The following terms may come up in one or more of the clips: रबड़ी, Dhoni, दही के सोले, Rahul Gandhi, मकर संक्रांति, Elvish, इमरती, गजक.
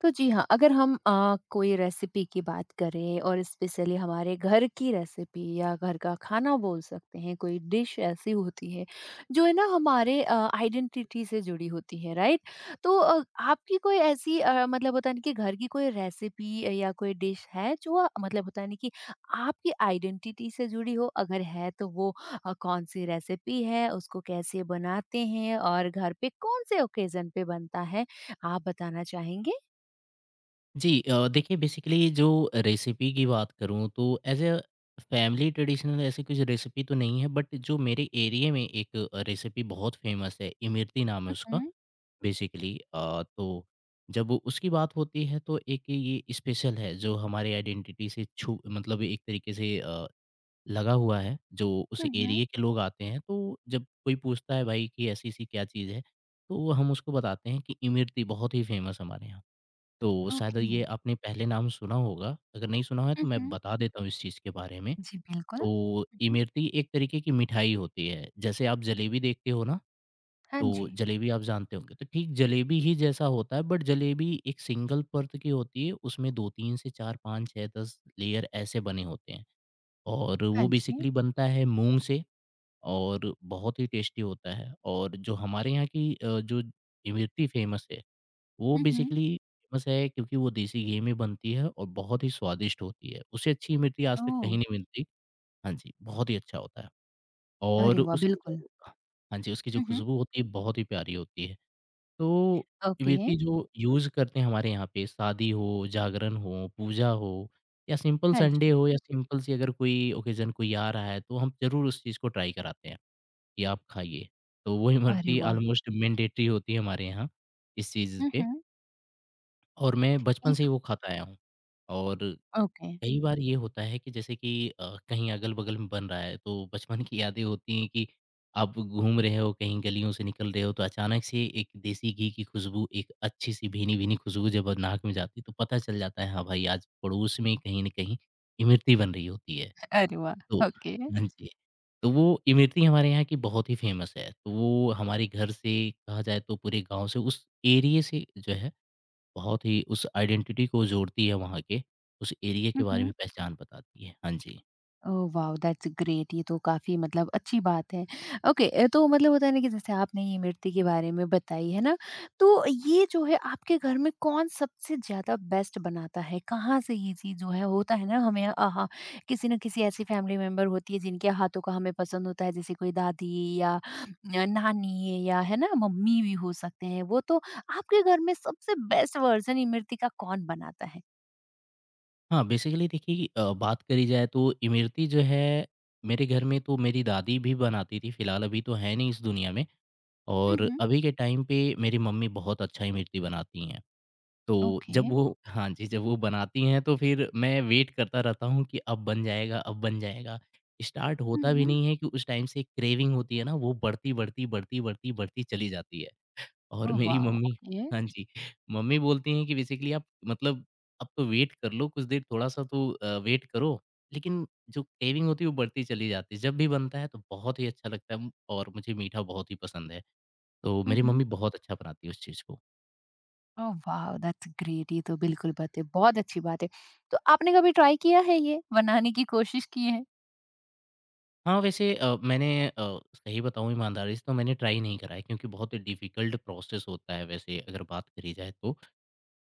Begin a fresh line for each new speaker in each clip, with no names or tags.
तो जी हाँ, अगर हम कोई recipe की बात करें और स्पेशली हमारे घर की रेसिपी या घर का खाना बोल सकते हैं, कोई डिश ऐसी होती है जो है ना हमारे आइडेंटिटी से जुड़ी होती है, राइट? तो आपकी कोई ऐसी मतलब होता है ना कि घर की कोई रेसिपी या कोई डिश है जो मतलब होता है ना कि आपकी आइडेंटिटी से जुड़ी हो? अगर है तो वो कौन-सी रेसिपी है, उसको कैसे बनाते हैं और घर पे कौन से ओकेज़न पे बनता है, आप बताना चाहेंगे?
जी देखिए बेसिकली जो रेसिपी की बात करूँ तो एज अ फैमिली ट्रेडिशनल ऐसी कुछ रेसिपी तो नहीं है बट जो मेरे एरिया में एक रेसिपी बहुत फेमस है, इमरती नाम है उसका।
हुँ,
बेसिकली तो जब उसकी बात होती है तो एक ये स्पेशल है जो हमारे आइडेंटिटी से छू मतलब एक तरीके से लगा हुआ है। जो उस
हुँ, हुँ।
एरिया के लोग आते हैं तो जब कोई पूछता है भाई कि ऐसी सी क्या चीज़ है तो हम उसको बताते हैं कि इमरती बहुत ही फेमस हमारे यहाँ। तो शायद
ओके।
ये आपने पहले नाम सुना होगा, अगर नहीं सुना है तो
हुँ,
मैं
हुँ।
बता देता हूँ इस चीज़ के बारे में।
जी, बिल्कुल।
तो
हुँ, हुँ।
इमरती एक तरीके की मिठाई होती है, जैसे आप जलेबी देखते हो ना,
हाँ
तो
जी,
जलेबी आप जानते होंगे, तो ठीक जलेबी ही जैसा होता है बट जलेबी एक सिंगल परत की होती है, उसमें 2-3 से 4-5-6-10 लेयर ऐसे बने होते हैं और वो
हाँ जी।
बेसिकली बनता है मूँग से और बहुत ही टेस्टी होता है। और जो हमारे यहाँ की जो इमरती फेमस है वो
हुँ, हुँ।
बेसिकली फेमस है क्योंकि वो देसी घी में बनती है और बहुत ही स्वादिष्ट होती है। उससे अच्छी इमली आज तक
ओह!
कहीं नहीं मिलती। हाँ जी, बहुत ही अच्छा होता है और
अरे वाह!
उसकी जो,
बिल्कुल।
हाँ जी, उसकी जो
हुँ, हुँ।
खुशबू होती है बहुत ही प्यारी होती है। तो
ओके,
इमली जो यूज़ करते हैं हमारे यहाँ पे, शादी हो, जागरण हो, पूजा हो या सिंपल
हाँ
संडे
जी।
हो या सिंपल सी अगर कोई ओकेज़न कोई आ रहा है तो हम ज़रूर उस चीज़ को ट्राई कराते हैं कि आप खाइए। तो वो
अरे
इमरती
वाह!
ऑलमोस्ट मैंडेटरी होती है हमारे यहाँ इस चीज़
हुँ,
पे।
हुँ।
और मैं बचपन
ये
से ही
तो
वो खाता आया हूँ। और
ओके,
कई बार ये होता है कि जैसे कि कहीं अगल-बगल में बन रहा है, तो बचपन की यादें होती हैं कि आप घूम रहे हो, कहीं गलियों से निकल रहे हो, तो अचानक से एक देसी घी की खुशबू, एक अच्छी-सी भीनी-भीनी खुशबू जब नाक में जाती है, तो पता चल जाता है, हाँ भाई, आज पड़ोस में कहीं न कहीं इमरती बन रही होती है।
अरे वाह!
तो
ओके।
हाँ जी, तो वो इमरती हमारे यहाँ की बहुत ही फ़ेमस है। तो वो हमारे घर से, कहा जाए तो पूरे गाँव से, उस एरिये से जो है बहुत ही उस आइडेंटिटी को जोड़ती है वहाँ के, उस एरिया के
हुँ,
बारे
हुँ।
में पहचान बताती है। हाँ जी।
Oh wow! दैट्स ग्रेट ये तो काफ़ी मतलब अच्छी बात है। ओके तो मतलब होता है ना कि जैसे आपने ये मिर्ची के बारे में बताई, है ना? तो ये जो है आपके घर में कौन सबसे ज़्यादा बेस्ट बनाता है? कहाँ से ये चीज़ जो है होता है ना हमें आहा किसी न किसी ऐसी फैमिली मेंबर होती है जिनके हाथों का हमें पसंद होता है जैसे कोई दादी या नानी या है ना मम्मी भी हो सकते हैं वो तो आपके घर में सबसे बेस्ट वर्ज़न इमरती का कौन बनाता है?
हाँ, बेसिकली देखिए बात करी जाए तो इमरती जो है, मेरे घर में तो मेरी दादी भी बनाती थी, फिलहाल अभी तो है नहीं इस दुनिया में
हुँ,
और
हुँ।
अभी के टाइम पे मेरी मम्मी बहुत अच्छा इमरती बनाती हैं। तो
ओके।
जब वो हाँ जी, जब वो बनाती हैं तो फिर मैं वेट करता रहता हूँ कि अब बन जाएगा, अब बन जाएगा। स्टार्ट
हुँ,
होता भी
हुँ।
नहीं है कि उस टाइम से क्रेविंग होती है ना, वो बढ़ती, बढ़ती, बढ़ती, बढ़ती, बढ़ती चली जाती है। और
ओह
मेरी
वाओ!
Mummy
okay.
हाँ जी, मम्मी बोलती हैं कि बेसिकली आप मतलब अब तो वेट कर लो, कुछ देर थोड़ा-सा तो वेट करो। लेकिन जो क्रेविंग होती है वो बढ़ती चली जाती है। जब भी बनता है तो बहुत ही अच्छा लगता है और मुझे मीठा बहुत ही पसंद है। तो
हुँ,
मेरी
हुँ।
मम्मी बहुत अच्छा बनाती है उस चीज़ को।
ओह वाओ दैट्स ग्रेट ये तो बिल्कुल बात है बहुत अच्छी बात है तो आपने कभी ट्राई किया है ये बनाने की कोशिश की है
हाँ, वैसे मैंने सही बताऊँ ईमानदारी से तो मैंने ट्राई नहीं करा है क्योंकि बहुत डिफ़िकल्ट प्रोसेस होता है वैसे अगर बात करी जाए तो।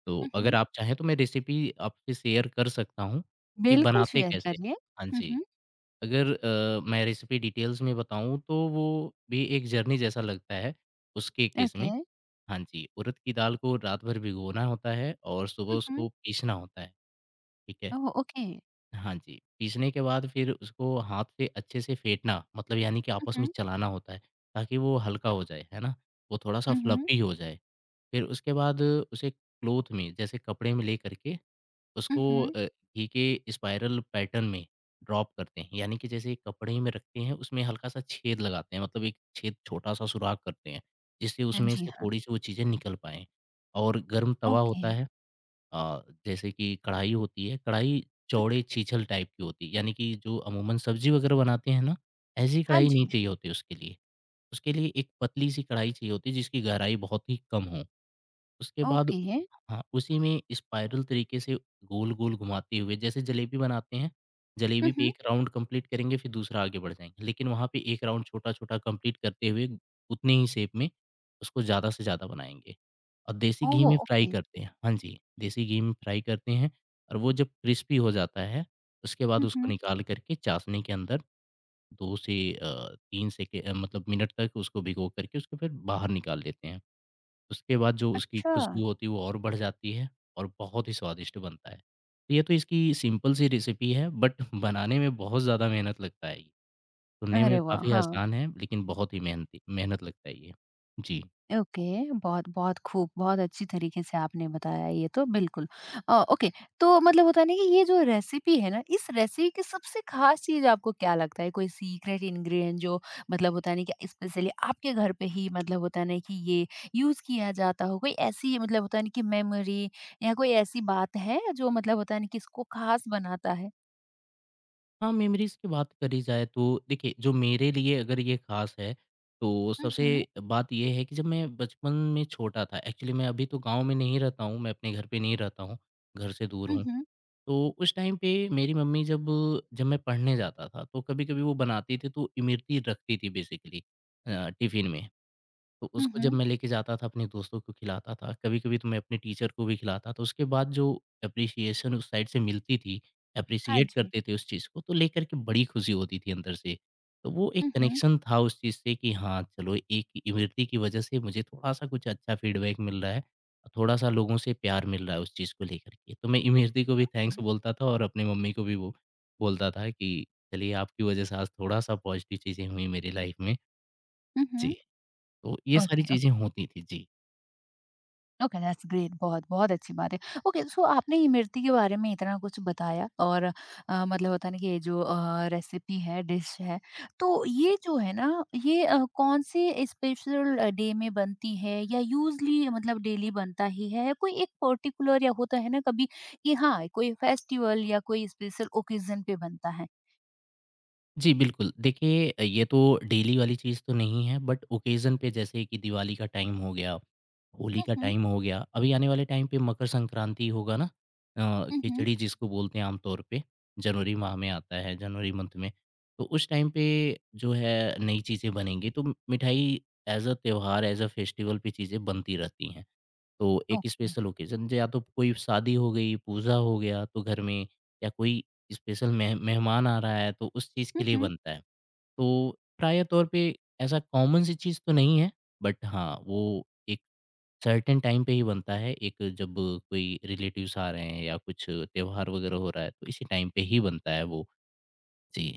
तो अगर
हम्म
आप चाहें तो मैं रेसिपी आपसे शेयर कर सकता हूँ कि
बिल्कुल
बनाते
शेयर
कैसे हैं?
करिए
हाँ जी।
हम्म
अगर मैं रेसिपी डिटेल्स में बताऊँ तो वो भी एक जर्नी जैसा लगता है, उसके केस में।
ओके
हाँ जी, उड़द की दाल को रात भर भिगोना होता है और सुबह
हम्म
उसको पीसना होता है, ठीक है?
ओह ओके
हाँ जी, पीसने के बाद फिर उसको हाथ से अच्छे से फेंटना मतलब यानी कि आपस में
हम्म
चलाना होता है, ताकि वो हल्का हो जाए, है ना? वो थोड़ा-सा
हम्म
फ्लफ़ी हो जाए। फिर उसके बाद उसे क्लॉथ में, जैसे कपड़े में लेकर के उसको
हम्म
अ, घी के स्पाइरल पैटर्न में ड्रॉप करते हैं। यानी कि जैसे एक कपड़े में रखते हैं, उसमें हल्का-सा छेद लगाते हैं, मतलब एक छेद छोटा-सा सुराख करते हैं, जिससे उसमें
जी
से
हाँ
थोड़ी-सी वो चीज़ें निकल पाएँ। और गर्म तवा
ओके
होता है, जैसे कि कढ़ाई होती है, कढ़ाई
मम्हम,
चौड़े छीछल टाइप की होती है, यानी कि जो अमूमन सब्ज़ी वग़ैरह बनाते हैं ना, ऐसी
हाँ
कढ़ाई नहीं
जी
चाहिए होती उसके लिए। उसके लिए एक पतली-सी कढ़ाई चाहिए होती है, जिसकी गहराई बहुत ही कम हो। उसके बाद उ
ओके
हाँ, उसी में स्पाइरल तरीके से गोल-गोल घुमाते हुए जैसे जलेबी बनाते हैं, जलेबी पे
हम्म
1 राउंड कंप्लीट करेंगे फिर दूसरा आगे बढ़ जाएँगे। लेकिन वहाँ पे 1 राउंड छोटा-छोटा कंप्लीट करते हुए उतने ही शेप में उसको ज़्यादा से ज़्यादा बनाएँगे। और देसी घी
ओह
में फ्राई
ओके
करते हैं, हाँ जी, देसी घी में फ्राई करते हैं। और वो जब क्रिस्पी हो जाता है, उसके बाद उसको
हम्म
निकाल कर के चाशनी के अंदर 2 से 3 सेके मतलब मिनट तक उसको भिगो कर के उसको फिर बाहर निकाल लेते हैं। उसके बाद जो उसकी
अच्छा
खुशबू होती है वो और बढ़ जाती है और बहुत ही स्वादिष्ट बनता है। तो ये तो इसकी सिंपल सी रेसिपी है बट बनाने में बहुत ज़्यादा मेहनत लगता है ये। सुनने में
अरे वाह
काफ़ी
हाँ
आसान है लेकिन बहुत ही मेहनती मेहनत लगता है ये। जी।
ओके, बहुत बहुत खूब, बहुत अच्छी तरीके से आपने बताया ये तो बिल्कुल। ओके, तो मतलब होता है ना कि ये जो रेसिपी है ना, इस रेसिपी की सबसे ख़ास चीज़ आपको क्या लगता है? कोई सीक्रेट इंग्रीडिएंट जो मतलब होता है ना कि स्पेशली आपके घर पे ही मतलब होता है ना कि ये यूज़ किया जाता हो, कोई ऐसी मतलब होता है ना कि मेमोरी या कोई ऐसी बात है जो मतलब होता है ना कि इसको ख़ास बनाता है?
हाँ, मेमोरीज़ की बात करी जाए तो देखिए जो मेरे लिए अगर ये ख़ास है तो सबसे
उहुँ,
बात ये है कि जब मैं बचपन में छोटा था एक्चुअली। मैं अभी तो गाँव में नहीं रहता हूँ, मैं अपने घर पे नहीं रहता हूँ, घर से दूर हूँ।
उहुँ,
तो उस टाइम पे मेरी मम्मी जब, जब मैं पढ़ने जाता था, तो कभी-कभी वो बनाती थी, तो इमरती रखती थी बेसिकली टिफ़िन में। तो उसको जब
उहुँ।
मैं लेके जाता था अपने दोस्तों को खिलाता था, कभी-कभी तो मैं अपने टीचर को भी खिलाता था। उसके बाद जो एप्रिसिएशन उस साइड से मिलती थी,
हाँ
एप्रिसिएट
जी।
करते थे उस चीज़ को, तो लेकर के बड़ी खुशी होती थी अंदर से। तो वो एक
उहुँ, हुँ,
कनेक्शन था उस चीज़ से कि हाँ, चलो एक इमरती की वजह से मुझे थोड़ा-सा कुछ अच्छा फीडबैक मिल रहा है और थोड़ा-सा लोगों से प्यार मिल रहा है उस चीज़ को लेकर के। तो मैं इमरती को भी थैंक्स बोलता था और अपनी मम्मी को भी वो बोलता था कि चलिए आपकी वजह से आज थोड़ा-सा पॉज़िटिव चीज़ें हुई मेरी लाइफ़ में।
हुँ।
जी। तो ये सारी
ओके,
चीज़ें
ओके।
होती थी। जी।
ओके, दैट्स ग्रेट बहुत, बहुत अच्छी बात है। ओके, सो आपने इमरती के बारे में इतना कुछ बताया और मतलब होता है ना कि ये जो रेसिपी है, डिश है, तो ये जो है ना, ये कौन से स्पेशल डे में बनती है या यूज़ुअली मतलब डेली बनता ही है? कोई एक पर्टिकुलर या होता है ना कभी कि हाँ, कोई फेस्टिवल या कोई स्पेशल ओकेज़न पे बनता है?
जी, बिल्कुल। देखिए ये तो डेली वाली चीज़ तो नहीं है बट ओकेज़न पे, जैसे कि दिवाली का टाइम हो गया, होली
हुँ,
का
हुँ।
टाइम हो गया, अभी आने वाले टाइम पे मकर संक्रांति होगा ना,
हुँ, हुँ।
खिचड़ी जिसको बोलते हैं आम तौर पे, जनवरी माह में आता है, जनवरी मंथ में। तो उस टाइम पे जो है नई चीज़ें बनेंगी तो मिठाई एज़ अ त्योहार, एज़ अ फेस्टिवल पे चीज़ें बनती रहती हैं। तो एक
ओके।
स्पेशल ओकेज़न, या तो कोई शादी हो गई, पूजा हो गया तो घर में या कोई स्पेशल मेहमान आ रहा है तो उस चीज़ के
हुँ,
लिए
हुँ।
बनता है। तो प्राय तौर पे ऐसा कॉमन सी चीज़ तो नहीं है बट हाँ, वो एक सर्टेन टाइम पे ही बनता है। एक जब कोई रिलेटिव्स आ रहे हैं या कुछ त्योहार वगैरह हो रहा है तो इसी टाइम पे ही बनता है वो। जी।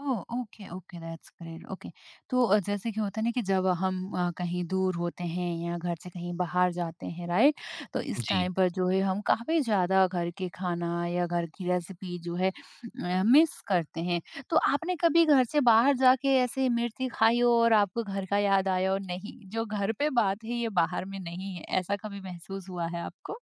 Oh! Okay, okay, that's great, okay. तो जैसे कि होता है ना कि जब हम कहीं दूर होते हैं या घर से कहीं बाहर जाते हैं, राइट? तो इस
जी।
टाइम पर जो है हम काफ़ी ज़्यादा घर के खाना या घर की रेसिपी जो है मिस करते हैं। तो आपने कभी घर से बाहर जाके ऐसे मिर्ची खाई हो और आपको घर का याद आया हो? नहीं, जो घर पे बात है ये बाहर में नहीं है, ऐसा कभी महसूस हुआ है आपको?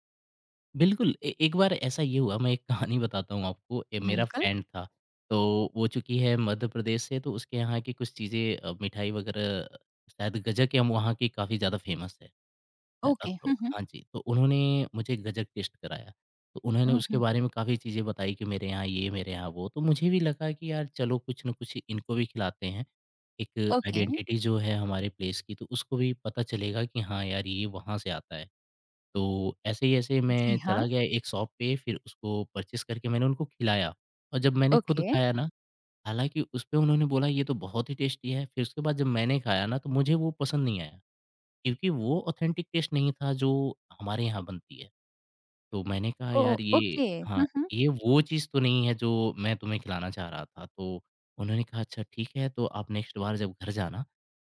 बिल्कुल, ए एक बार ऐसा ये हुआ, मैं एक कहानी बताता हूँ आपको। ए मेरा
बिल्कुल।
फ्रेंड था, तो वो चूँकि है मध्य प्रदेश से, तो उसके यहाँ की कुछ चीज़ें मिठाई वगैरह शायद गजक या, वहाँ की काफ़ी ज़्यादा फ़ेमस है। है ना?
ओके,
तो
हुँ, हुँ।
हाँ जी, तो उन्होंने मुझे गजक टेस्ट कराया। तो उन्होंने
हुँ,
उसके
हुँ।
बारे में काफ़ी चीज़ें बताई कि मेरे यहाँ ये, मेरे यहाँ वो। तो मुझे भी लगा कि यार चलो कुछ न कुछ इनको भी खिलाते हैं, एक
ओके,
आइडेंटिटी जो है हमारे प्लेस की, तो उसको भी पता चलेगा कि हाँ यार, ये वहाँ से आता है। तो ऐसे ही ऐसे मैं
जी हाँ,
चला गया एक शॉप पे, फिर उसको परचेज़ करके मैंने उनको खिलाया और जब मैंने खुद
ओके।
खाया ना, हालाँकि उसपे उन्होंने बोला ये तो बहुत ही टेस्टी है, फिर उसके बाद जब मैंने खाया ना तो मुझे वो पसंद नहीं आया, क्योंकि वो ऑथेंटिक टेस्ट नहीं था जो हमारे यहाँ बनती है। तो मैंने कहा
ओह!
यार ये,
ओके,
हाँ,
हुँ, हुँ।
ये वो चीज़ तो नहीं है जो मैं तुम्हें खिलाना चाह रहा था। तो उन्होंने कहा अच्छा ठीक है तो आप नेक्स्ट बार जब घर जाना,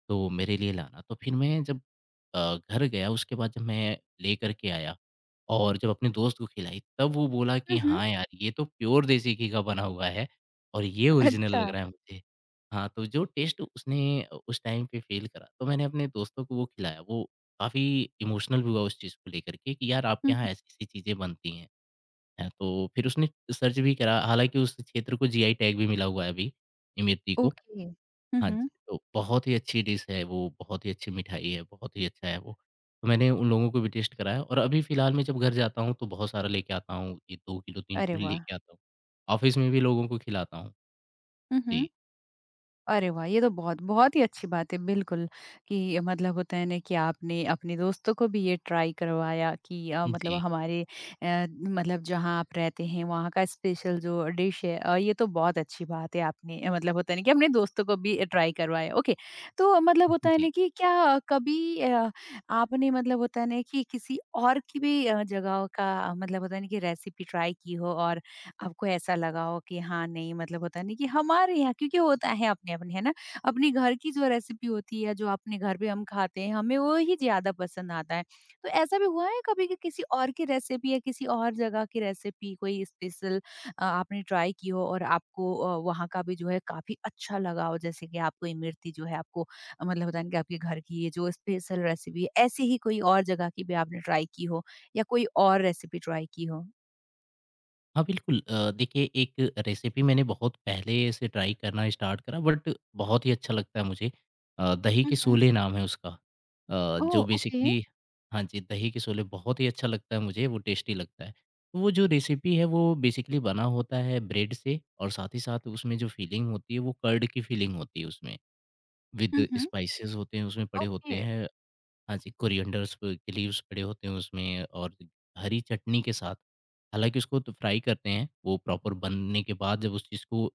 तो मेरे लिए लाना। तो फिर मैं जब घर गया उसके बाद जब मैं लेकर के आया और जब अपने दोस्त को खिलाई तब वो बोला कि
हुँ, हुँ।
हाँ यार, ये तो प्योर देसी घी का बना हुआ है और ये ओरिजिनल
अच्छा।
लग रहा है मुझे। हाँ, तो जो टेस्ट उसने उस टाइम पे फ़ील करा, तो मैंने अपने दोस्तों को वो खिलाया। वो काफ़ी इमोशनल भी हुआ उस चीज़ को लेकर के कि यार आपके
हुँ,
यहाँ
हुँ।
ऐसी-ऐसी चीज़ें बनती हैं, हैं। तो फिर उसने सर्च भी करा, हालाँकि उस क्षेत्र को जीआई टैग भी मिला हुआ है अभी इमरती को।
ओके। हुँ,
हाँ
हुँ।
जी, तो बहुत ही अच्छी डिश है वो, बहुत ही अच्छी मिठाई है, बहुत ही अच्छा है वो। तो मैंने उन लोगों को भी टेस्ट कराया और अभी फ़िलहाल मैं जब घर जाता हूँ तो बहुत सारा लेके आता हूँ, ये 2 किलो 3
अरे
किलो
वाह!
लेके आता हूँ। ऑफ़िस में भी लोगों को खिलाता हूँ।
हुँ,
जी,
हुँ। अरे वाह! ये तो बहुत बहुत ही अच्छी बात है बिल्कुल, कि मतलब होता है ना कि आपने अपने दोस्तों को भी ये ट्राई करवाया कि मतलब
जी,
हमारे मतलब जहाँ आप रहते हैं वहाँ का स्पेशल जो डिश है ये तो बहुत अच्छी बात है आपने मतलब होता है ना कि अपने दोस्तों को भी ट्राई करवाया। ओके, तो मतलब होता है
जी।
ना कि क्या कभी आपने मतलब होता है ना कि किसी और की भी जगह का मतलब होता है ना कि रेसिपी ट्राई की हो और आपको ऐसा लगा हो कि हाँ नहीं मतलब होता नहीं कि हमारे यहाँ क्योंकि होता है अपने अपने है ना अपने घर की जो रेसिपी होती है जो अपने घर पे हम खाते हैं हमें वो ही ज्यादा पसंद आता है तो ऐसा भी हुआ है कभी कि किसी और की रेसिपी या किसी और जगह की रेसिपी कोई स्पेशल आपने ट्राई की हो और आपको वहाँ का भी जो है काफी अच्छा लगा हो जैसे कि आपको इमरती जो है आपको मतलब होता है कि आपके घर की ये जो स्पेशल रेसिपी है ऐसी ही कोई और जगह की भी आपने ट्राई की हो या कोई और रेसिपी ट्राई की हो
हाँ, बिल्कुल, देखिए एक रेसिपी मैंने बहुत पहले से ट्राई करना स्टार्ट करा, बट बहुत ही अच्छा लगता है मुझे। दही के
मम्,
सोले नाम है उसका,
ओह
जो
ओके
बेसिकली, हाँ जी, दही के सोले बहुत ही अच्छा लगता है मुझे, वो टेस्टी लगता है। तो वो जो रेसिपी है वो बेसिकली बना होता है ब्रेड से और साथ ही साथ उसमें जो फिलिंग होती है वो कर्ड की फिलिंग होती है उसमें,
हुँ,
विद
हुँ।
स्पाइसेस होते हैं उसमें पड़े होते
ओके,
हैं। हाँ जी, कोरिएंडर्स प के लीव्स पड़े होते हैं उसमें और हरी चटनी के साथ, हालाँकि उसको तो फ्राई करते हैं, वो प्रॉपर बनने के बाद जब उस चीज़ को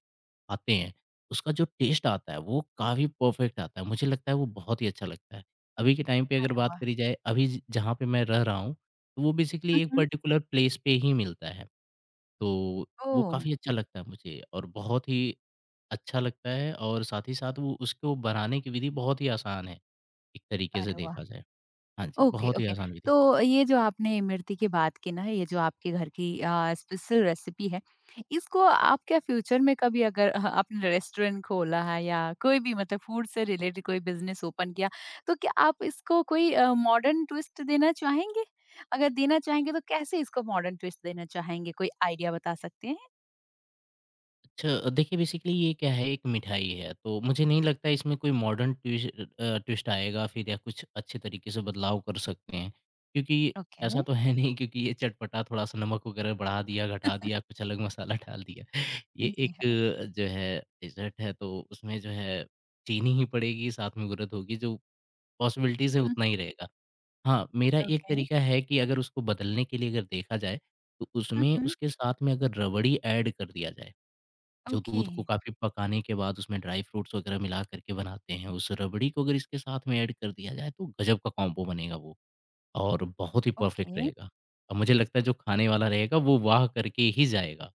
खाते हैं, उसका जो टेस्ट आता है वो काफ़ी परफ़ेक्ट आता है, मुझे लगता है वो बहुत ही अच्छा लगता है। अभी के टाइम पे अगर
अरे
बात
वाह!
करी जाए, अभी ज जहाँ पे मैं रह रहा हूँ, तो वो बेसिकली
हुँ,
एक
हुँ।
पर्टिकुलर प्लेस पे ही मिलता है, तो वो
ओह!
काफ़ी अच्छा लगता है मुझे और बहुत ही अच्छा लगता है और साथ ही साथ वो उसको बनाने की विधि बहुत ही आसान है, एक तरीके से
अरे वाह!
देखा जाए। हाँ जी,
ओके,
बहुत ही
ओके।
आसान विधि से।
तो ये जो आपने इमरती की बात की ना, ये जो आपके घर की स्पेशल रेसिपी है, इसको आप क्या फ्यूचर में कभी अगर आपने रेस्टोरेंट खोला है या कोई भी मतलब फूड से रिलेटेड कोई बिज़नेस ओपन किया, तो क्या आप इसको कोई मॉडर्न ट्विस्ट देना चाहेंगे? अगर देना चाहेंगे तो कैसे इसको मॉडर्न ट्विस्ट देना चाहेंगे? कोई आइडिया बता सकते हैं?
अच्छा देखिए बेसिकली ये क्या है, एक मिठाई है, तो मुझे नहीं लगता इसमें कोई ट्विस्ट आएगा फिर या कुछ अच्छे तरीके से बदलाव कर सकते हैं। क्योंकि
ओके।
ऐसा तो है नहीं, क्योंकि ये चटपटा थोड़ा-सा नमक वगैरह बढ़ा दिया, घटा दिया, कुछ अलग मसाला डाल दिया। ये
जी
एक,
हाँ।
जो है डेज़र्ट है तो उसमें जो है चीनी ही पड़ेगी, साथ में उड़द होगी, जो पॉसिबिलिटीज़ है
हुँ,
उतना ही रहेगा। हाँ, मेरा एक
ओके।
तरीका है कि अगर उसको बदलने के लिए अगर देखा जाए, तो
हुँ,
उसमें
हुँ।
उसके साथ में अगर रबड़ी ऐड कर दिया जाए, जो
ओके,
दूध को काफ़ी पकाने के बाद उसमें ड्राई फ्रूट्स वगैरह मिला कर के बनाते हैं, उस रबड़ी को अगर इसके साथ में ऐड कर दिया जाए, तो गज़ब का कॉम्बो बनेगा वो और बहुत ही परफ़ेक्ट
ओके।
रहेगा। अब मुझे लगता है जो खाने वाला रहेगा, वो वाह करके ही जाएगा।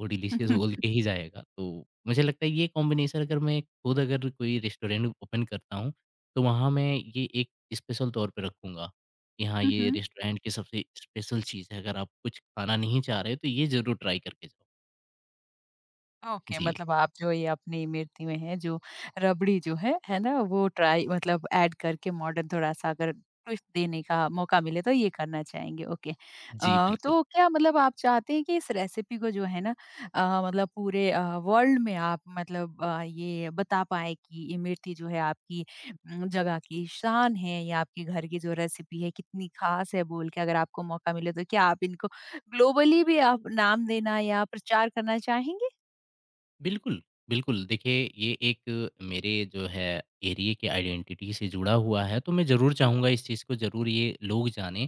वो डिलीशियस बोल के ही जाएगा। तो मुझे लगता है ये कॉम्बिनेशन, अगर मैं खुद अगर कोई रेस्टोरेंट ओपन करता हूँ, तो वहाँ मैं ये एक स्पेशल तौर पे रखूँगा कि हाँ,
Hı
ये
hı.
रेस्टोरेंट की सबसे स्पेशल चीज़ है। अगर आप कुछ खाना नहीं चाह रहे, तो ये ज़रूर ट्राई करके जाओ।
ओके
जी।
मतलब आप जो ये अपनी इमरती में है जो रबड़ी जो है ना? वो ट्राई मतलब ऐड करके मॉडर्न थोड़ा-सा अगर ट्विस्ट देने का मौका मिले तो ये करना चाहेंगे, ओके।
जी, बिल्कुल।
तो क्या मतलब आप चाहते हैं कि इस रेसिपी को जो है ना मतलब पूरे वर्ल्ड में आप मतलब ये बता पाएँ कि इमरती जो है आपकी जगह की शान है या आपके घर की जो रेसिपी है कितनी ख़ास है बोल के अगर आपको मौका मिले तो क्या आप इनको ग्लोबली भी आप नाम देना या प्रचार करना चाहेंगे?
बिल्कुल, बिल्कुल। देखिए, ये एक मेरे जो है एरिये के आइडेंटिटी से जुड़ा हुआ है, तो मैं ज़रूर चाहूँगा इस चीज़ को ज़रूर ये लोग जानें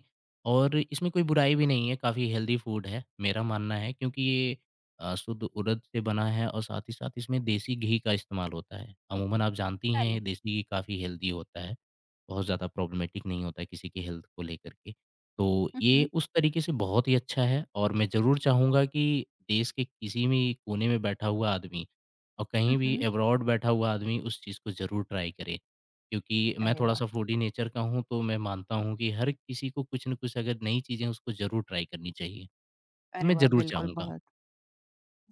और इसमें कोई बुराई भी नहीं है, काफ़ी हेल्दी फूड है, मेरा मानना है क्योंकि ये शुद्ध उड़द से बना है और साथ ही साथ इसमें देसी घी का इस्तेमाल होता है। अमूमन आप जानती
करें।
हैं, देसी घी काफ़ी हेल्दी होता है, बहुत ज़्यादा प्रॉब्लमेटिक नहीं होता है किसी की हेल्थ को लेकर के। तो
हुँ,
ये
हुँ।
उस तरीके से बहुत ही अच्छा है और मैं ज़रूर चाहूँगा कि देश के किसी भी कोने में बैठा हुआ आदमी और कहीं
हुँ,
भी
हुँ।
अब्रॉड बैठा हुआ आदमी उस चीज़ को ज़रूर ट्राई करे। क्योंकि मैं
अरे वाह!
थोड़ा-सा फूडी नेचर का हूँ, तो मैं मानता हूँ कि हर किसी को कुछ न कुछ अगर नई चीज़ें हैं, उसको ज़रूर ट्राई करनी चाहिए। तो
अरे
मैं
वाह!
ज़रूर
बिल्कुल,
चाहूँगा।
बहुत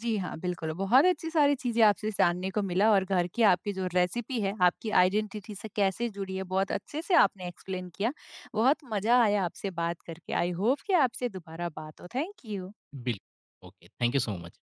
जी हाँ, बिल्कुल। बहुत अच्छी सारी चीज़ें आपसे जानने को मिला और घर की आपकी जो रेसिपी है, आपकी आइडेंटिटी से कैसे जुड़ी है, बहुत अच्छे से आपने एक्सप्लेन किया। बहुत मज़ा आया आपसे बात करके। आई होप कि आपसे दोबारा बात हो। Thank you.
बिल्कुल। Okay, thank you so much.